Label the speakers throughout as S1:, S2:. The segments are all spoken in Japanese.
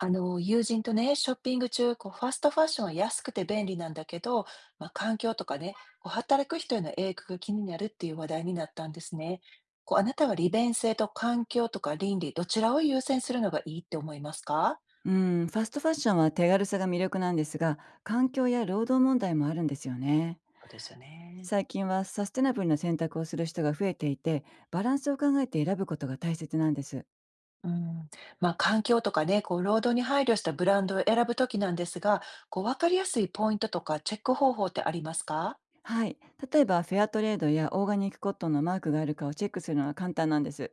S1: あの、友人とね、ショッピング中、こう、ファストファッションは安くて便利なんだけど、まあ、環境とかね、こう、働く人への影響が気になるっていう話題になったんですね。こう、あなたは利便性と環境とか倫理、どちらを優先するのがいいって思いますか？
S2: うん、ファストファッションは手軽さが魅力なんですが、環境や労働問題もあるんですよね。
S1: そうですよね。
S2: 最近はサステナブルな選択をする人が増えていて、バランスを考えて選ぶことが大切なんです。
S1: うん。まあ、環境とかね、こう、労働に配慮したブランドを選ぶときなんですが、こう、わかりやすいポイントとかチェック方法ってありますか？
S2: はい。例えば、フェアトレードやオーガニックコットンのマークがあるかをチェックするのは簡単なんです。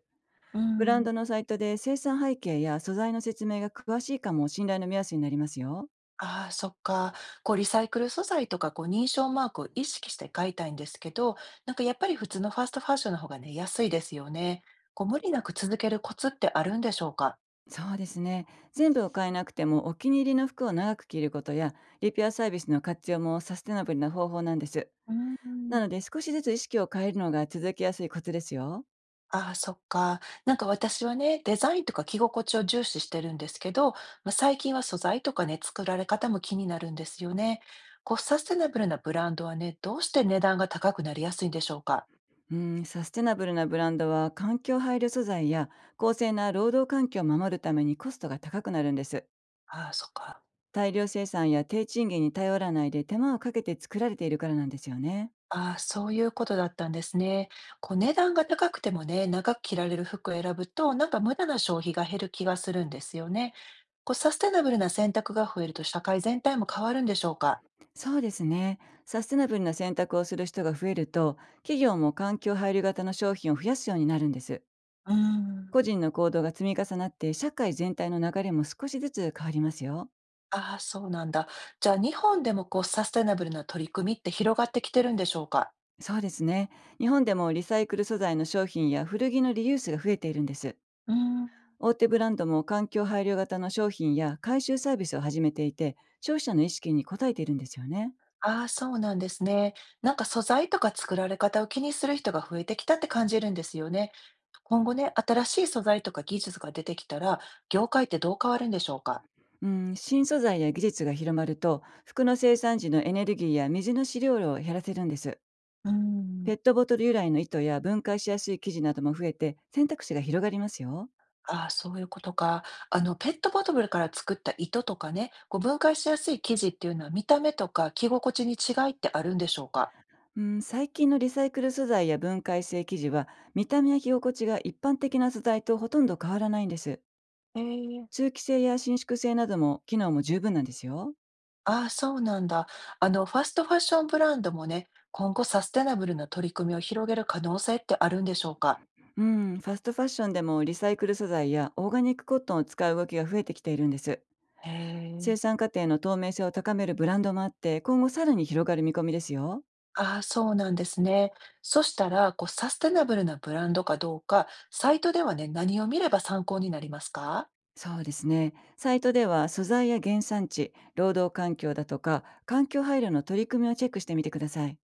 S1: う
S2: ブラン
S1: ん。
S2: ドのサイトで生産背景や素材の説明が詳しいかも信頼の目安になりますよ。
S1: ああ、そっか。こう、リサイクル素材とか、こう、認証マークを意識して書いたいんですけど、なんかやっぱり普通のファーストファッションの方がね、安いですよね。こう、無理なく続けるコツってあるんでしょうか？
S2: そうですね。全部を買えなくてもお気に入りの服を長く着ることや、リピアサービスの活用もサステナブルな方法なんです。
S1: うーん。
S2: なので、少しずつ意識を変えるのが続けやすいコツですよ。
S1: ああ、そっか。なんか私はね、デザインとか着心地を重視してるんですけど、まあ、最近は素材とかね、作られ方も気になるんですよね。こう、サステナブルなブランドはね、どうして値段が高くなりやすいんでしょうか？
S2: うん、サステナブルなブランドは環境配慮素材や公正な労働環境を守るためにコストが高くなるんです。
S1: ああ、そっか。
S2: 大量生産や低賃金に頼らないで、手間をかけて作られているからなんですよね。
S1: ああ、そういうことだったんですね。こう、値段が高くてもね、長く着られる服を選ぶと、なんか無駄な消費が減る気がするんですよね。こう、サステナブルな選択が増えると社会全体も変わるんでしょうか？
S2: そうですね。サステナブルな選択をする人が増えると、企業も環境配慮型の商品を増やすようになるんです。
S1: うーん。
S2: 個人の行動が積み重なって、社会全体の流れも少しずつ変わりますよ。
S1: ああ、そうなんだ。じゃあ、日本でもこうサステナブルな取り組みって広がってきてるんでしょうか？
S2: そうですね。日本でもリサイクル素材の商品や古着のリユースが増えているんです。
S1: うーん。
S2: 大手ブランドも環境配慮型の商品や回収サービスを始めていて、消費者の意識に応えているんですよね。
S1: ああ、そうなんですね。なんか素材とか作られ方を気にする人が増えてきたって感じるんですよね。今後ね、新しい素材とか技術が出てきたら、業界ってどう変わるんでしょうか？
S2: うん、新素材や技術が広まると、服の生産時のエネルギーや水の使用量を減らせるんです。
S1: うーん。
S2: ペットボトル由来の糸や分解しやすい生地なども増えて、選択肢が広がりますよ。
S1: ああ、そういうことか。あの、ペットボトルから作った糸とかね、こう、分解しやすい生地っていうのは見た目とか着心地に違いってあるんでしょうか？
S2: うん、最近のリサイクル素材や分解性生地は、見た目や着心地が一般的な素材とほとんど変わらないんです。
S1: へえー、
S2: 通気性や伸縮性なども、機能も十分なんですよ。
S1: ああ、そうなんだ。あの、ファストファッションブランドもね、今後サステナブルな取り組みを広げる可能性ってあるんでしょうか？
S2: うん、ファストファッションでもリサイクル素材やオーガニックコットンを使う動きが増えてきているんです。
S1: へ
S2: 生
S1: え。
S2: 産過程の透明性を高めるブランドもあって、今後さらに広がる見込みですよ。
S1: ああ、そうなんですね。そしたら、こう、サステナブルなブランドかどうか、サイトではね、何を見れば参考になりますか？
S2: そうですね。サイトでは素材や原産地、労働環境だとか、環境配慮の取り組みをチェックしてみてください。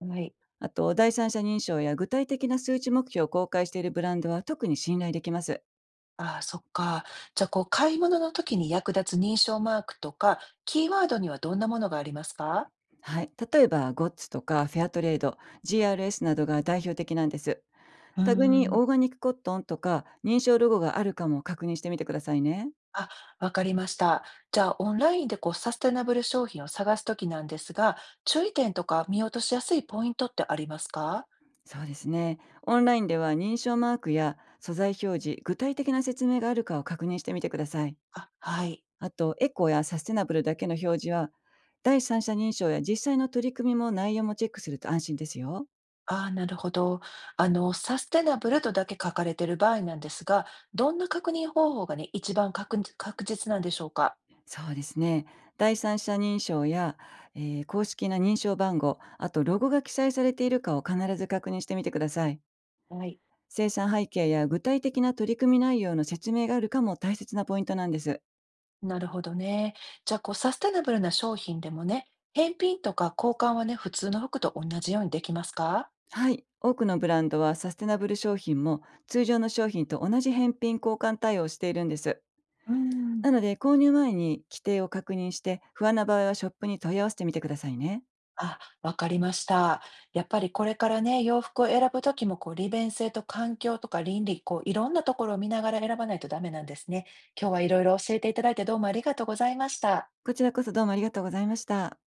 S1: はい。
S2: あと、第三者認証や具体的な数値目標を公開しているブランドは特に信頼できます。
S1: ああ、そっか。じゃあ、こう、買い物の時に役立つ認証マークとか、キーワードにはどんなものがありますか？
S2: はい。例えば、ゴッツとかフェアトレード、GRS などが代表的なんです。
S1: うー
S2: タグに
S1: ん。
S2: オーガニックコットンとか認証ロゴがあるかも確認してみてくださいね。
S1: あ、わかりました。じゃあ、オンラインでこう、サステナブル商品を探すときなんですが、注意点とか見落としやすいポイントってありますか？
S2: そうですね。オンラインでは認証マークや素材表示、具体的な説明があるかを確認してみてください。
S1: あ、はい。
S2: あと、エコやサステナブルだけの表示は、第三者認証や実際の取り組みも内容もチェックすると安心ですよ。
S1: ああ、なるほど。あの、サステナブルとだけ書かれている場合なんですが、どんな確認方法がね、一番確実なんでしょうか？
S2: そうですね。第三者認証や、公式な認証番号、あとロゴが記載されているかを必ず確認してみてください。
S1: はい。
S2: 生産背景や具体的な取り組み内容の説明があるかも大切なポイントなんです。
S1: なるほどね。じゃあ、こう、サステナブルな商品でもね、返品とか交換はね、普通の服と同じようにできますか？
S2: はい。多くのブランドはサステナブル商品も通常の商品と同じ返品交換対応をしているんです。
S1: うん。
S2: なので、購入前に規定を確認して、不安な場合はショップに問い合わせてみてくださいね。
S1: あ、わかりました。やっぱりこれからね、洋服を選ぶときも、こう、利便性と環境とか倫理、こう、いろんなところを見ながら選ばないとダメなんですね。今日はいろいろ教えていただいてどうもありがとうございました。
S2: こちらこそ、どうもありがとうございました。